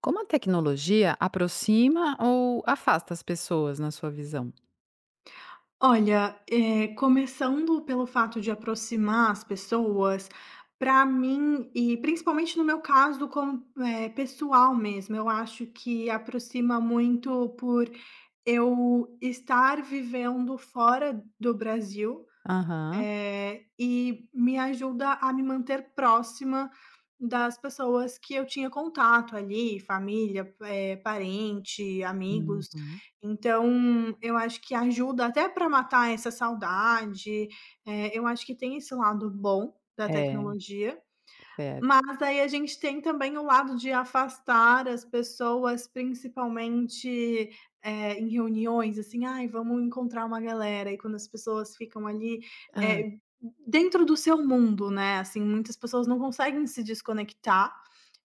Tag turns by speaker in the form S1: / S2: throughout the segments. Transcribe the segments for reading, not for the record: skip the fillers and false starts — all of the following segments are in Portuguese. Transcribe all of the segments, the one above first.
S1: Como a tecnologia aproxima ou afasta as pessoas na sua visão?
S2: Olha, começando pelo fato de aproximar as pessoas, para mim e principalmente no meu caso como, pessoal mesmo, eu acho que aproxima muito por eu estar vivendo fora do Brasil.
S1: Aham.
S2: E me ajuda a me manter próxima das pessoas que eu tinha contato ali, família, parente, amigos.
S1: Uhum.
S2: Então, eu acho que ajuda até para matar essa saudade, eu acho que tem esse lado bom da
S1: É,
S2: tecnologia.
S1: certo.
S2: Mas aí a gente tem também o lado de afastar as pessoas, principalmente, em reuniões, assim: "Ai, vamos encontrar uma galera", e quando as pessoas ficam ali,
S1: Hã.
S2: eh, dentro do seu mundo, né, assim, muitas pessoas não conseguem se desconectar.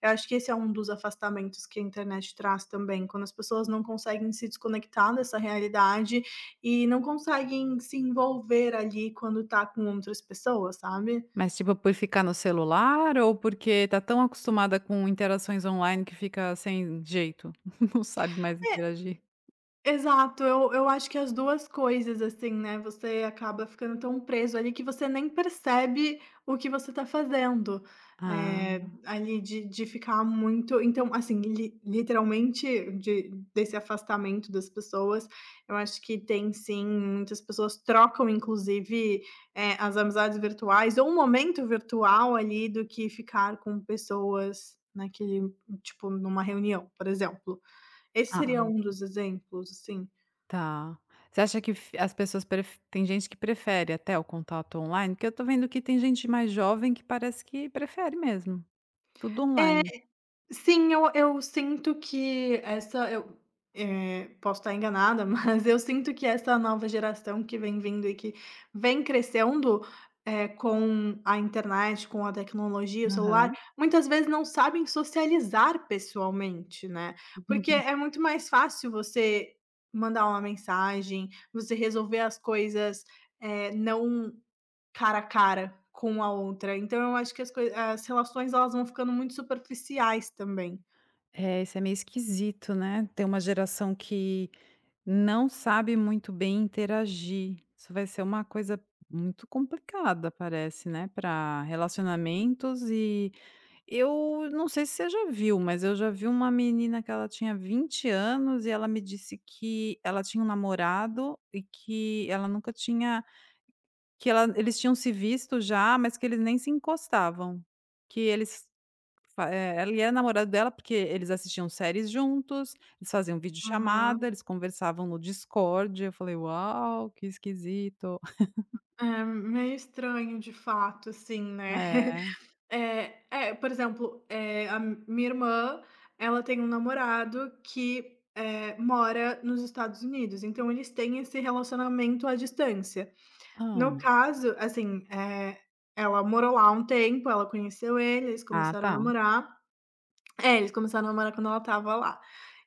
S2: Eu acho que esse é um dos afastamentos que a internet traz também, quando as pessoas não conseguem se desconectar dessa realidade e não conseguem se envolver ali quando tá com outras pessoas, sabe?
S1: Mas, tipo, por ficar no celular ou porque tá tão acostumada com interações online que fica sem jeito, não sabe mais
S2: É,
S1: interagir?
S2: exato, eu acho que as 2 coisas, assim, né, você acaba ficando tão preso ali que você nem percebe o que você tá fazendo,
S1: Ah,
S2: ali de ficar muito então, assim, li literalmente de desse afastamento das pessoas, eu acho que tem sim, muitas pessoas trocam inclusive, as amizades virtuais ou um momento virtual ali do que ficar com pessoas naquele tipo, numa reunião, por exemplo. Esse seria
S1: ah,
S2: um dos exemplos, assim.
S1: tá. Você acha que f as pessoas pref tem gente que prefere até o contato online? Porque eu tô vendo que tem gente mais jovem que parece que prefere mesmo, tudo online.
S2: Sim, eu sinto que posso estar enganada, mas eu sinto que essa nova geração que vem vindo e que vem crescendo, com a internet, com a tecnologia, o celular,
S1: Aham.
S2: muitas vezes não sabem socializar pessoalmente, né. Porque é muito mais fácil você mandar uma mensagem, você resolver as coisas, não cara a cara com a outra. Então eu acho que as relações elas vão ficando muito superficiais também.
S1: É, isso é meio esquisito, né? Tem uma geração que não sabe muito bem interagir. Isso vai ser uma coisa muito complicada, parece, né? Para relacionamentos e eu não sei se você já viu, mas eu já vi uma menina que ela tinha 20 anos e ela me disse que ela tinha um namorado e que ela nunca tinha, eles tinham se visto já, mas que eles nem se encostavam, que eles Fa é, ele era namorado dela, porque eles assistiam séries juntos, eles faziam videochamada,
S2: Aham.
S1: eles conversavam no Discord, eu falei: "Uau, que esquisito".
S2: É meio estranho de fato, assim, né.
S1: É.
S2: É, por exemplo, a minha irmã, ela tem um namorado que, mora nos Estados Unidos, então eles têm esse relacionamento à distância. No
S1: Hã.
S2: caso, assim, ela morou lá um tempo, ela conheceu ele, eles
S1: Ah,
S2: começaram a
S1: tá.
S2: namorar. É, eles começaram a namorar quando ela estava lá.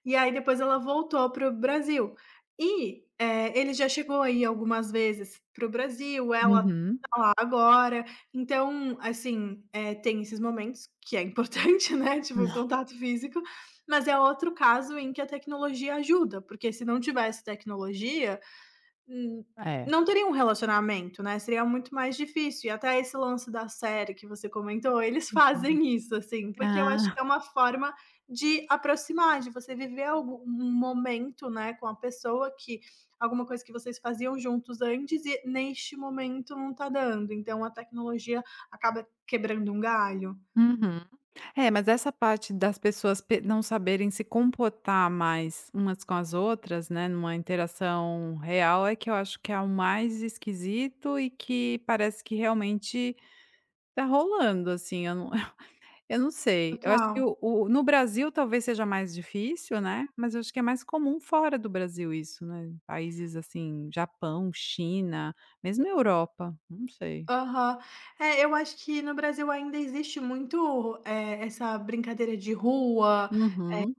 S2: E aí depois ela voltou para o Brasil. E ele já chegou aí algumas vezes para o Brasil, ela
S1: Uhum.
S2: tá agora. Então, assim, tem esses momentos que é importante, né, tipo o contato físico, mas é outro caso em que a tecnologia ajuda, porque se não tivesse tecnologia hum,
S1: É.
S2: não teria um relacionamento, né, seria muito mais difícil. E até esse lance da série que você comentou, eles
S1: Uhum.
S2: fazem isso, assim, porque eu acho que
S1: Ah.
S2: é uma forma de aproximar, de você viver algum um momento, né, com a pessoa que alguma coisa que vocês faziam juntos antes e neste momento não tá dando, então a tecnologia acaba quebrando um galho.
S1: Uhum. É, mas essa parte das pessoas pe não saberem se comportar mais umas com as outras, né, numa interação real, é que eu acho que é o mais esquisito e que parece que realmente tá rolando, assim, eu não sei, eu acho que
S2: Total.
S1: o no Brasil talvez seja mais difícil, né, mas eu acho que é mais comum fora do Brasil isso, né, países assim, Japão, China, mesmo Europa, não sei.
S2: Aham. É, eu acho que no Brasil ainda existe muito, essa brincadeira de rua.
S1: Uhum,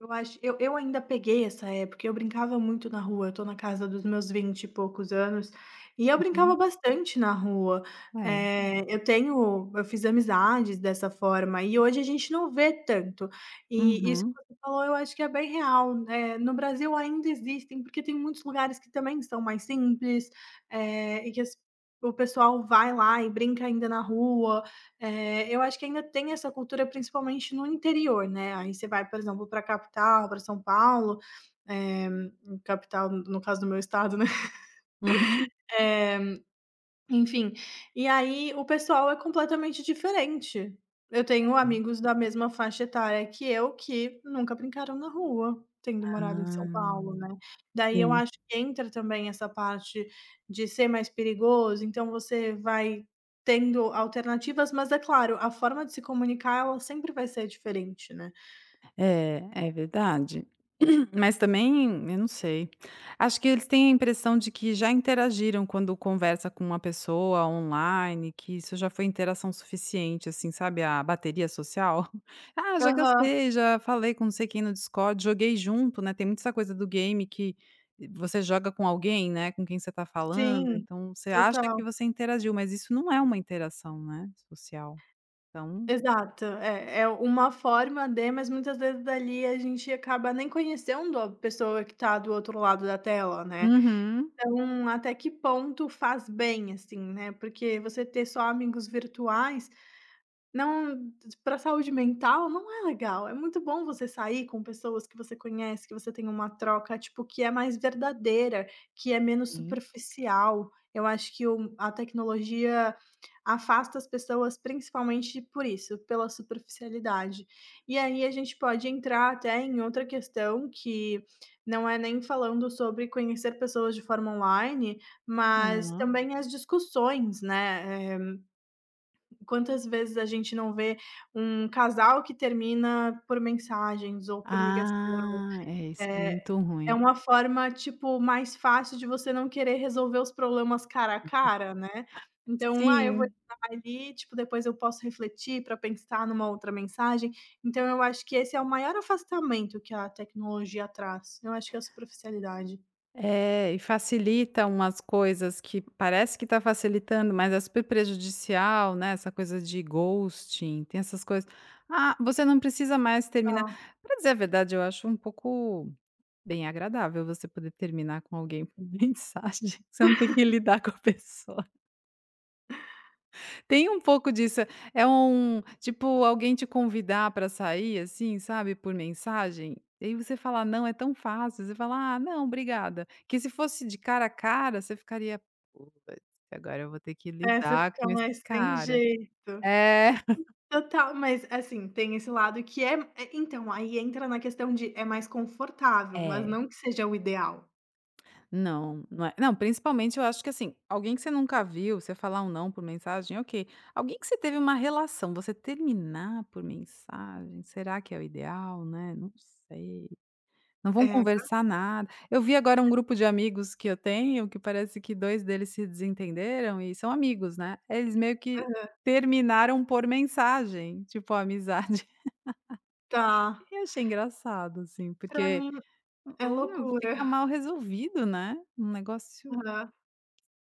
S2: Eu acho, eu ainda peguei essa época, eu brincava muito na rua, eu tô na casa dos meus 20 e poucos anos, e eu brincava
S1: uhum,
S2: bastante na rua.
S1: é,
S2: Eh, eu tenho eu fiz amizades dessa forma e hoje a gente não vê tanto. E isso
S1: uhum,
S2: que você falou eu acho que é bem real, né, no Brasil ainda existem, porque tem muitos lugares que também são mais simples, e que as o pessoal vai lá e brinca ainda na rua. É, eu acho que ainda tem essa cultura principalmente no interior, né, aí você vai, por exemplo, para a capital, para São Paulo, eh, capital no caso do meu estado, né,
S1: uhum.
S2: enfim, e aí o pessoal é completamente diferente. Eu tenho
S1: É.
S2: amigos da mesma faixa etária que eu que nunca brincaram na rua, tendo morado em São Paulo, né.
S1: Ah,
S2: Daí eu
S1: sim.
S2: acho que entra também essa parte de ser mais perigoso, então você vai tendo alternativas, mas é claro, a forma de se comunicar ela sempre vai ser diferente, né.
S1: É, é verdade. Mas também, eu não sei. Acho que eles têm a impressão de que já interagiram quando conversa com uma pessoa online, que isso já foi interação suficiente, assim, sabe, a bateria social. Ah, já
S2: Aham,
S1: gastei, já falei com não sei quem no Discord, joguei junto, né? Tem muita essa coisa do game que você joga com alguém, né? Com quem você tá falando,
S2: sim,
S1: então você acha
S2: total.
S1: que você interagiu, mas isso não é uma interação, né, social. Então
S2: Exato, é uma forma de mas muitas vezes dali a gente acaba nem conhecendo a pessoa que tá do outro lado da tela, né.
S1: uhum.
S2: Então, até que ponto faz bem, assim, né, porque você ter só amigos virtuais não, para saúde mental não é legal, é muito bom você sair com pessoas que você conhece, que você tem uma troca, tipo, que é mais verdadeira, que é menos
S1: Sim.
S2: superficial. Eu acho que o a tecnologia afasta as pessoas principalmente por isso, pela superficialidade. E aí a gente pode entrar até em outra questão que não é nem falando sobre conhecer pessoas de forma online, mas
S1: É.
S2: também as discussões, né. Quantas vezes a gente não vê um casal que termina por mensagens ou por ligação?
S1: Ah, é, isso é
S2: É
S1: muito
S2: é
S1: ruim.
S2: uma forma, tipo, mais fácil de você não querer resolver os problemas cara a cara, né. Então: "Ah, eu vou
S1: Sim,
S2: estar ali, tipo, depois eu posso refletir para pensar numa outra mensagem". Então eu acho que esse é o maior afastamento que a tecnologia traz. Eu acho que é a superficialidade.
S1: é, e facilita umas coisas que parece que tá facilitando, mas é super prejudicial, né, essa coisa de ghosting, tem essas coisas. "Ah, você não precisa mais terminar",
S2: Tá.
S1: pra dizer a verdade, eu acho um pouco bem agradável você poder terminar com alguém por mensagem, você não tem que lidar com a pessoa. Tem um pouco disso, é um tipo alguém te convidar para sair, assim, sabe, por mensagem, e aí você fala "Não", é tão fácil, você fala: "Ah, não, obrigada". Que se fosse de cara a cara, você ficaria: "Putz, agora eu vou ter que
S2: É, você
S1: lidar
S2: fica
S1: com esse
S2: mais sem
S1: cara".
S2: jeito.
S1: É.
S2: Total, mas assim, tem esse lado que é, então, aí entra na questão de é mais confortável, mas
S1: É,
S2: não que seja o ideal.
S1: não, não é não, principalmente eu acho que, assim, alguém que você nunca viu, você falar um "não" por mensagem, ok. Alguém que você teve uma relação, você terminar por mensagem, será que é o ideal, né, não sei. Não
S2: É,
S1: vão conversar nada. Eu vi agora um grupo de amigos que eu tenho, que parece que 2 deles se desentenderam e são amigos, né. Eles meio que
S2: aham.
S1: terminaram por mensagem, tipo a amizade.
S2: Tá.
S1: E achei engraçado, assim,
S2: Pra
S1: porque
S2: mim é loucura.
S1: fica mal resolvido, né. Um negócio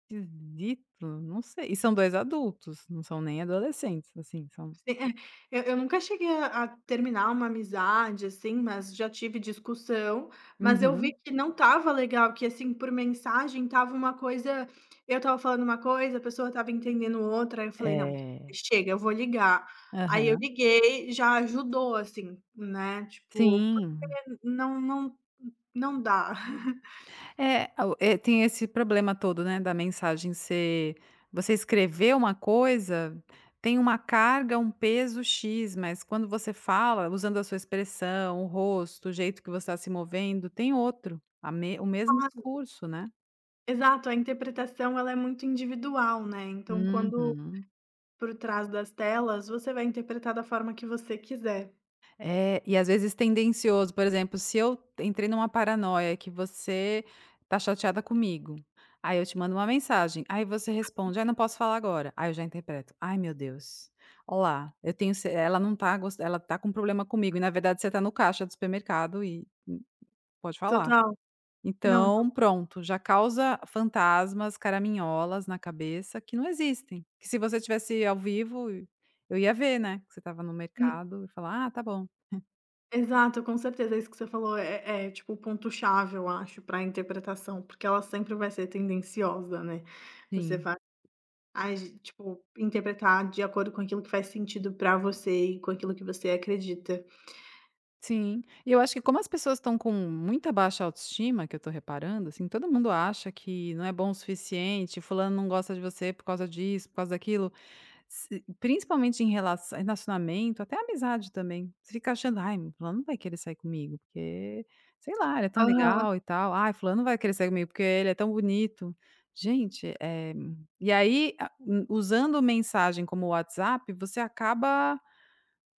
S1: esquisito, não sei. E são 2 adultos, não são nem adolescentes, assim, são
S2: Sim, é. Eu nunca cheguei a terminar uma amizade, assim, mas já tive discussão, mas eu vi
S1: Uhum.
S2: que não tava legal, que, assim, por mensagem tava uma coisa eu tava falando uma coisa, a pessoa tava entendendo outra, aí eu falei: "Não,
S1: É.
S2: chega, eu vou ligar". Aí eu
S1: Aham.
S2: liguei, já ajudou, assim, né, tipo, porque
S1: Sim.
S2: não não dá.
S1: É, tem esse problema todo, né, da mensagem ser você escreveu uma coisa, tem uma carga, um peso "X", mas quando você fala, usando a sua expressão, o rosto, o jeito que você está se movendo, tem outro, a me o mesmo discurso, né.
S2: Exato, a interpretação ela é muito individual, né, então quando
S1: Uhum.
S2: por trás das telas, você vai interpretar da forma que você quiser.
S1: É, e às vezes tendencioso, por exemplo, se eu entrei numa paranoia que você tá chateada comigo, aí eu te mando uma mensagem, aí você responde: aí não posso falar agora". Aí eu já interpreto: "Ai, meu Deus, olá, eu tenho ce ela não tá gos ela tá com problema comigo", e na verdade você tá no caixa do supermercado e pode falar.
S2: Total. Não, to
S1: Então pronto, já causa fantasmas, caraminholas na cabeça que não existem, que se você tivesse ao vivo, eu ia ver, né, que você estava no
S2: hum,
S1: mercado e falar: "Ah, tá bom".
S2: exato, com certeza, é isso que você falou é, tipo o ponto-chave, eu acho, para a interpretação, porque ela sempre vai ser tendenciosa, né. Você
S1: Sim.
S2: vai agi tipo, interpretar de acordo com aquilo que faz sentido para você e com aquilo que você acredita.
S1: Sim, e eu acho que como as pessoas estão com muita baixa autoestima, que eu tô reparando, assim, todo mundo acha que não é bom o suficiente, fulano não gosta de você por causa disso, por causa daquilo, se principalmente em relação relacionamento, até amizade também, você fica achando: "Ai, fulano não vai querer sair comigo, porque, sei lá, ele é tão
S2: Aham.
S1: legal e tal. Ai, fulano não vai querer sair comigo, porque ele é tão bonito". Gente, e aí a usando mensagem como o WhatsApp, você acaba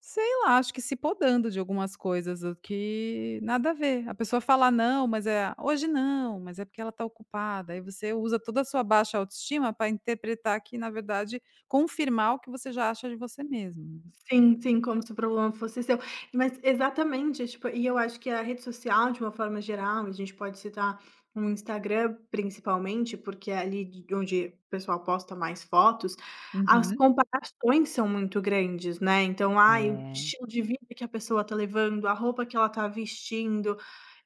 S1: Sei lá, acho que se podando de algumas coisas o que nada a ver. A pessoa fala: "Não", mas é: "Hoje não", mas é porque ela está ocupada. Aí você usa toda a sua baixa autoestima para interpretar que, na verdade, confirmar o que você já acha de você mesmo.
S2: Sim, sim, como se o problema fosse seu. Mas exatamente, tipo, e eu acho que a rede social, de uma forma geral, a gente pode citar o Instagram principalmente, porque é ali de onde o pessoal posta mais fotos, as
S1: Uhum.
S2: comparações são muito grandes, né. Então, ai, o
S1: É,
S2: estilo de vida que a pessoa tá levando, a roupa que ela tá vestindo,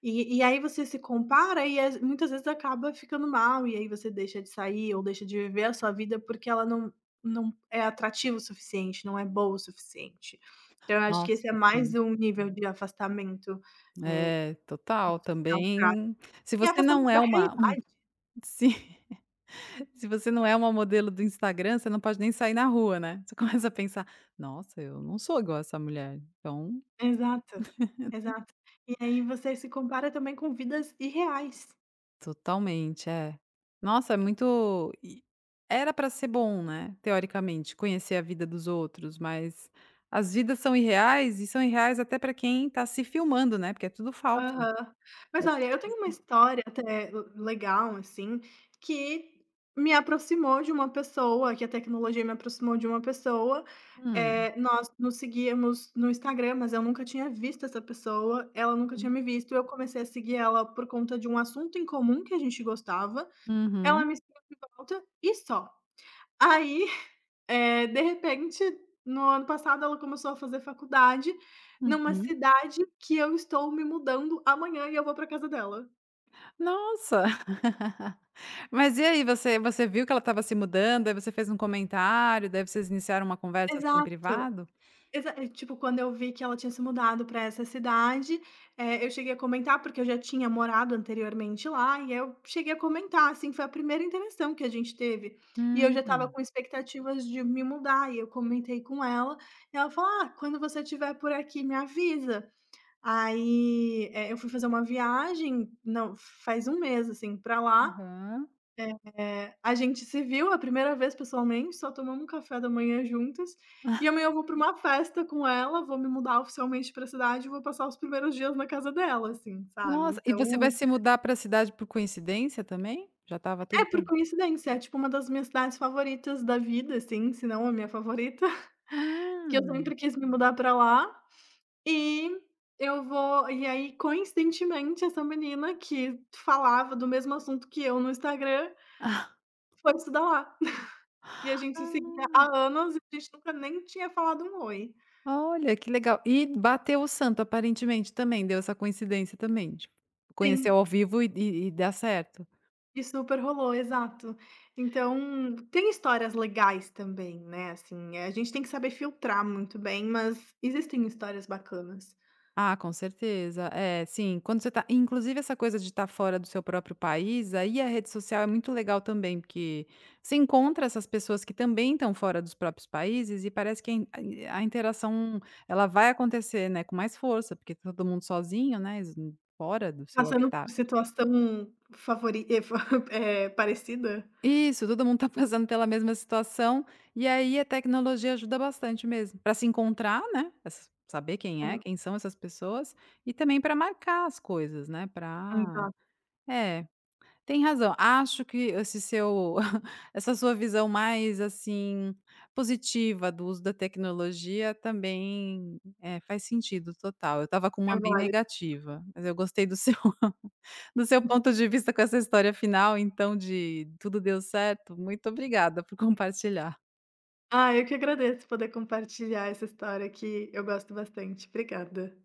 S2: e aí você se compara e as muitas vezes acaba ficando mal, e aí você deixa de sair ou deixa de viver a sua vida porque ela não é atrativo o suficiente, não é boa o suficiente. Então eu acho que
S1: nossa,
S2: esse é mais
S1: sim.
S2: um nível de afastamento, eh,
S1: É,
S2: que
S1: total.
S2: social traz.
S1: Também, se
S2: E
S1: você não
S2: afastamento
S1: é
S2: da
S1: uma
S2: realidade.
S1: se se você não é uma modelo do Instagram, você não pode nem sair na rua, né. Você começa a pensar: "Nossa, eu não sou igual a essa mulher, então".
S2: Exato, exato. E aí você se compara também com vidas irreais.
S1: Totalmente, é. Nossa, é muito era pra ser bom, né, teoricamente, conhecer a vida dos outros, mas as vidas são irreais e são irreais até pra quem tá se filmando, né, porque é tudo falso.
S2: Aham. Mas olha, eu tenho uma história até legal, assim, que me aproximou de uma pessoa, que a tecnologia me aproximou de uma pessoa.
S1: Hum,
S2: Nós nos seguíamos no Instagram, mas eu nunca tinha visto essa pessoa, ela nunca tinha
S1: uhum,
S2: me visto. Eu comecei a seguir ela por conta de um assunto em comum que a gente gostava. Ela
S1: uhum.
S2: me seguiu de volta e só. Aí de repente, no ano passado, ela começou a fazer faculdade numa
S1: Uhum.
S2: cidade que eu estou me mudando amanhã e eu vou para casa dela.
S1: Nossa! Mas e aí, você viu que ela estava se mudando, aí você fez um comentário, daí vocês iniciaram uma conversa, assim, em
S2: Exato,
S1: privado?
S2: tipo, quando eu vi que ela tinha se mudado para essa cidade, eu cheguei a comentar, porque eu já tinha morado anteriormente lá, e eu cheguei a comentar, assim, foi a primeira interação que a gente teve. E eu já estava
S1: Hum,
S2: com expectativas de me mudar, e eu comentei com ela, e ela falou: "Ah, quando você estiver por aqui, me avisa". Aí, eu fui fazer uma viagem não, faz um mês, assim, pra lá,
S1: aham.
S2: a gente se viu a primeira vez pessoalmente, só tomamos um café da manhã juntas, e amanhã eu vou pra uma festa com ela, vou me mudar oficialmente pra cidade e vou passar os primeiros dias na casa dela, assim, sabe.
S1: Nossa, e
S2: Então
S1: você vai se mudar pra cidade por coincidência também? Já estava
S2: é
S1: tudo
S2: por
S1: pronto.
S2: coincidência, é tipo uma das minhas cidades favoritas da vida, assim, se não a minha favorita, que eu
S1: Ah,
S2: sempre quis me mudar pra lá. E eu vou e aí, coincidentemente, essa menina que falava do mesmo assunto que eu no Instagram, foi estudar lá. E a gente se seguia há anos e a gente nunca nem tinha falado um "oi".
S1: ah, olha que legal. E bateu o santo aparentemente também, deu essa coincidência também, tipo, conheceu
S2: Sim,
S1: ao vivo e dá certo.
S2: e super rolou, exato. Então, tem histórias legais também, né, assim, a gente tem que saber filtrar muito bem, mas existem histórias bacanas.
S1: Ah, com certeza. É, sim, quando você tá inclusive essa coisa de estar fora do seu próprio país, aí a rede social é muito legal também, porque você encontra essas pessoas que também estão fora dos próprios países e parece que a interação, ela vai acontecer, né, com mais força, porque tá todo mundo sozinho, né, es fora do seu
S2: Passando
S1: habitat.
S2: por situação favori eh, fa parecida?
S1: Isso, todo mundo tá passando pela mesma situação, e aí a tecnologia ajuda bastante mesmo, para se encontrar, né, s saber quem é,
S2: Exa
S1: quem são essas pessoas, e também para marcar as coisas, né, para
S2: exato,
S1: É, tem razão. Acho que esse seu essa sua visão mais, assim, positiva do uso da tecnologia também, faz sentido total. Eu estava com
S2: é
S1: uma bem
S2: válido.
S1: negativa, mas eu gostei do seu do seu ponto de vista com essa história final, então, de tudo deu certo. Muito obrigada por compartilhar.
S2: Ah, eu que agradeço poder compartilhar essa história que eu gosto bastante. Obrigada.